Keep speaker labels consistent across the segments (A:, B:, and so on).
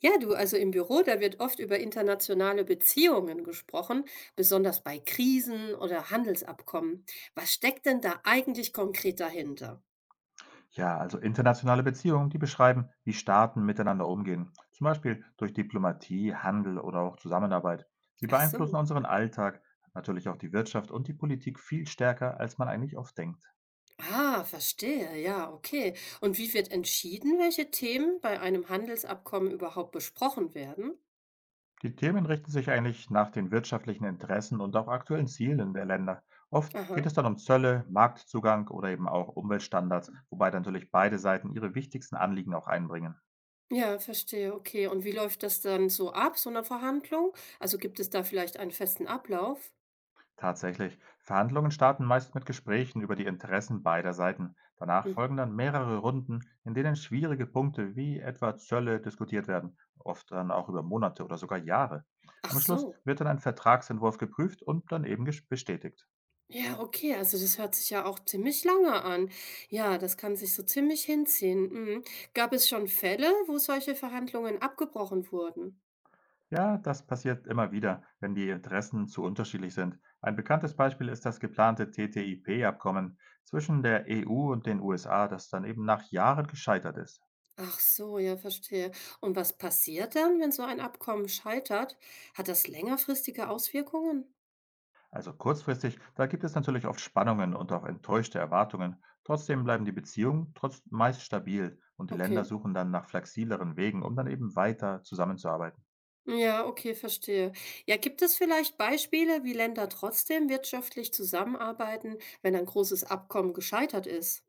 A: Ja, du, also im Büro, da wird oft über internationale Beziehungen gesprochen, besonders bei Krisen oder Handelsabkommen. Was steckt denn da eigentlich konkret dahinter?
B: Ja, also internationale Beziehungen, die beschreiben, wie Staaten miteinander umgehen, zum Beispiel durch Diplomatie, Handel oder auch Zusammenarbeit. Sie
A: Ach
B: beeinflussen
A: so.
B: unseren Alltag, natürlich auch die Wirtschaft und die Politik viel stärker, als man eigentlich oft denkt.
A: Ah, verstehe. Ja, okay. Und wie wird entschieden, welche Themen bei einem Handelsabkommen überhaupt besprochen werden?
B: Die Themen richten sich eigentlich nach den wirtschaftlichen Interessen und auch aktuellen Zielen der Länder. Oft geht
A: Aha.
B: es dann um Zölle, Marktzugang oder eben auch Umweltstandards, wobei dann natürlich beide Seiten ihre wichtigsten Anliegen auch einbringen.
A: Ja, verstehe. Okay. Und wie läuft das dann so ab, so eine Verhandlung? Also gibt es da vielleicht einen festen Ablauf?
B: Tatsächlich. Verhandlungen starten meist mit Gesprächen über die Interessen beider Seiten. Danach
A: Hm.
B: folgen dann mehrere Runden, in denen schwierige Punkte wie etwa Zölle diskutiert werden, oft dann auch über Monate oder sogar Jahre.
A: Ach
B: Am Schluss
A: so.
B: wird dann ein Vertragsentwurf geprüft und dann eben bestätigt.
A: Ja, okay, also das hört sich ja auch ziemlich lange an. Ja, das kann sich so ziemlich hinziehen. Mhm. Gab es schon Fälle, wo solche Verhandlungen abgebrochen wurden?
B: Ja, das passiert immer wieder, wenn die Interessen zu unterschiedlich sind. Ein bekanntes Beispiel ist das geplante TTIP-Abkommen zwischen der EU und den USA, das dann eben nach Jahren gescheitert ist.
A: Ach so, ja, verstehe. Und was passiert dann, wenn so ein Abkommen scheitert? Hat das längerfristige Auswirkungen?
B: Also kurzfristig, da gibt es natürlich oft Spannungen und auch enttäuschte Erwartungen. Trotzdem bleiben die Beziehungen trotz meist stabil und die Länder
A: Okay.
B: suchen dann nach flexibleren Wegen, um dann eben weiter zusammenzuarbeiten.
A: Ja, okay, verstehe. Ja, gibt es vielleicht Beispiele, wie Länder trotzdem wirtschaftlich zusammenarbeiten, wenn ein großes Abkommen gescheitert ist?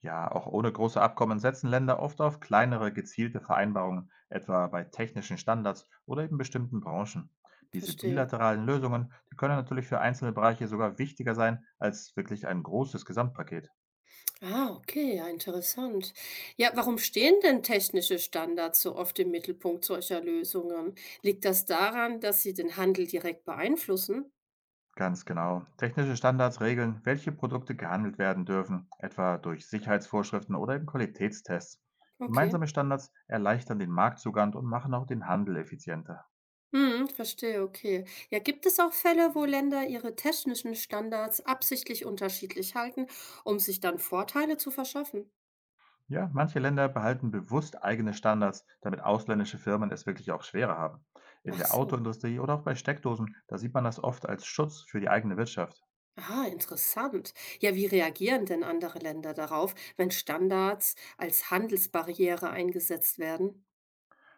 B: Ja, auch ohne große Abkommen setzen Länder oft auf kleinere gezielte Vereinbarungen, etwa bei technischen Standards oder eben bestimmten Branchen. Diese
A: Verstehe.
B: bilateralen Lösungen, die können natürlich für einzelne Bereiche sogar wichtiger sein als wirklich ein großes Gesamtpaket.
A: Ah, okay, ja, interessant. Ja, warum stehen denn technische Standards so oft im Mittelpunkt solcher Lösungen? Liegt das daran, dass sie den Handel direkt beeinflussen?
B: Ganz genau. Technische Standards regeln, welche Produkte gehandelt werden dürfen, etwa durch Sicherheitsvorschriften oder eben Qualitätstests.
A: Okay.
B: Gemeinsame Standards erleichtern den Marktzugang und machen auch den Handel effizienter.
A: Hm, verstehe, okay. Ja, gibt es auch Fälle, wo Länder ihre technischen Standards absichtlich unterschiedlich halten, um sich dann Vorteile zu verschaffen?
B: Ja, manche Länder behalten bewusst eigene Standards, damit ausländische Firmen es wirklich auch schwerer haben. In
A: Ach
B: der
A: so.
B: Autoindustrie oder auch bei Steckdosen, da sieht man das oft als Schutz für die eigene Wirtschaft.
A: Ah, interessant. Ja, wie reagieren denn andere Länder darauf, wenn Standards als Handelsbarriere eingesetzt werden?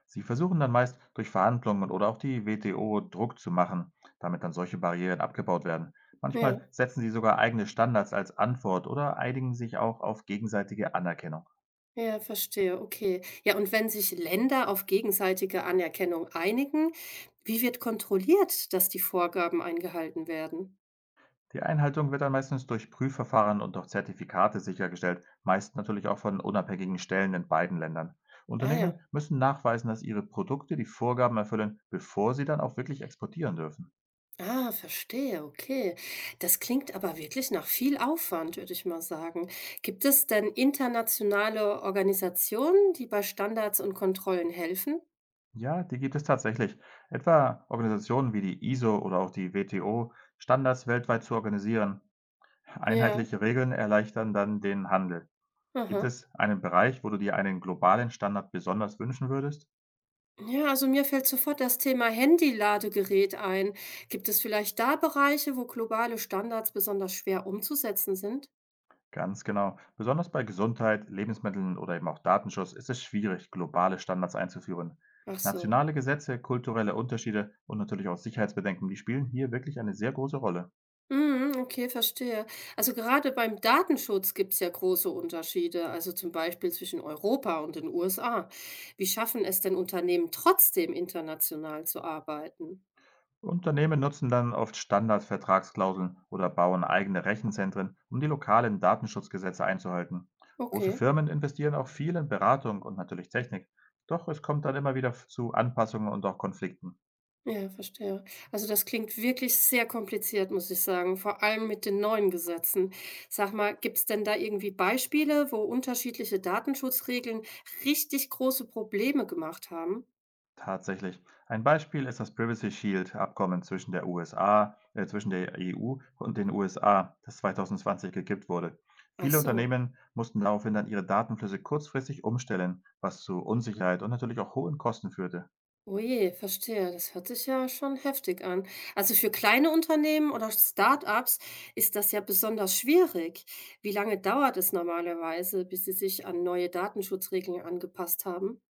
B: Sie versuchen dann meist durch Verhandlungen oder auch die WTO Druck zu machen, damit dann solche Barrieren abgebaut werden. Manchmal
A: Ja.
B: setzen sie sogar eigene Standards als Antwort oder einigen sich auch auf gegenseitige Anerkennung.
A: Ja, verstehe, okay. Ja, und wenn sich Länder auf gegenseitige Anerkennung einigen, wie wird kontrolliert, dass die Vorgaben eingehalten werden?
B: Die Einhaltung wird dann meistens durch Prüfverfahren und auch Zertifikate sichergestellt, meist natürlich auch von unabhängigen Stellen in beiden Ländern.
A: Ah ja,
B: Unternehmen müssen nachweisen, dass ihre Produkte die Vorgaben erfüllen, bevor sie dann auch wirklich exportieren dürfen.
A: ah, verstehe, okay. Das klingt aber wirklich nach viel Aufwand, würde ich mal sagen. Gibt es denn internationale Organisationen, die bei Standards und Kontrollen helfen?
B: Ja, die gibt es tatsächlich. Etwa Organisationen wie die ISO oder auch die WTO, Standards weltweit zu organisieren.
A: Ja,
B: Einheitliche Regeln erleichtern dann den Handel. Gibt
A: aha.
B: es einen Bereich, wo du dir einen globalen Standard besonders wünschen würdest?
A: Ja, also mir fällt sofort das Thema Handy-Ladegerät ein. Gibt es vielleicht da Bereiche, wo globale Standards besonders schwer umzusetzen sind?
B: Ganz genau. Besonders bei Gesundheit, Lebensmitteln oder eben auch Datenschutz ist es schwierig, globale Standards einzuführen.
A: Ach so.
B: Nationale Gesetze, kulturelle Unterschiede und natürlich auch Sicherheitsbedenken, die spielen hier wirklich eine sehr große Rolle.
A: Mhm, okay, verstehe. Also gerade beim Datenschutz gibt es ja große Unterschiede, also zum Beispiel zwischen Europa und den USA. Wie schaffen es denn Unternehmen trotzdem international zu arbeiten?
B: Unternehmen nutzen dann oft Standardvertragsklauseln oder bauen eigene Rechenzentren, um die lokalen Datenschutzgesetze einzuhalten. Große
A: Okay.
B: Firmen investieren auch viel in Beratung und natürlich Technik. Doch es kommt dann immer wieder zu Anpassungen und auch Konflikten.
A: Ja, verstehe. Also das klingt wirklich sehr kompliziert, muss ich sagen, vor allem mit den neuen Gesetzen. Sag mal, gibt es denn da irgendwie Beispiele, wo unterschiedliche Datenschutzregeln richtig große Probleme gemacht haben?
B: Tatsächlich. Ein Beispiel ist das Privacy Shield Abkommen zwischen der zwischen der EU und den USA, das 2020 gekippt wurde.
A: Ach
B: Viele
A: so.
B: Unternehmen mussten daraufhin dann ihre Datenflüsse kurzfristig umstellen, was zu Unsicherheit und natürlich auch hohen Kosten führte.
A: Oh je, verstehe. Das hört sich ja schon heftig an. Also für kleine Unternehmen oder Start-ups ist das ja besonders schwierig. Wie lange dauert es normalerweise, bis sie sich an neue Datenschutzregeln angepasst haben?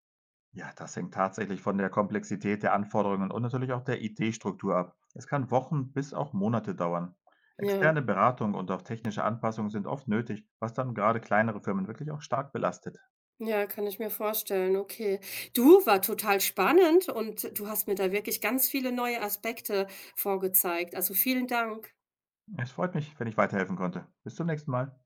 B: Ja, das hängt tatsächlich von der Komplexität der Anforderungen und natürlich auch der IT-Struktur ab. Es kann Wochen bis auch Monate dauern.
A: Ja.
B: Externe Beratung und auch technische Anpassungen sind oft nötig, was dann gerade kleinere Firmen wirklich auch stark belastet.
A: Ja, kann ich mir vorstellen, okay. Du, war total spannend und du hast mir da wirklich ganz viele neue Aspekte vorgezeigt. Also vielen Dank.
B: Es freut mich, wenn ich weiterhelfen konnte. Bis zum nächsten Mal.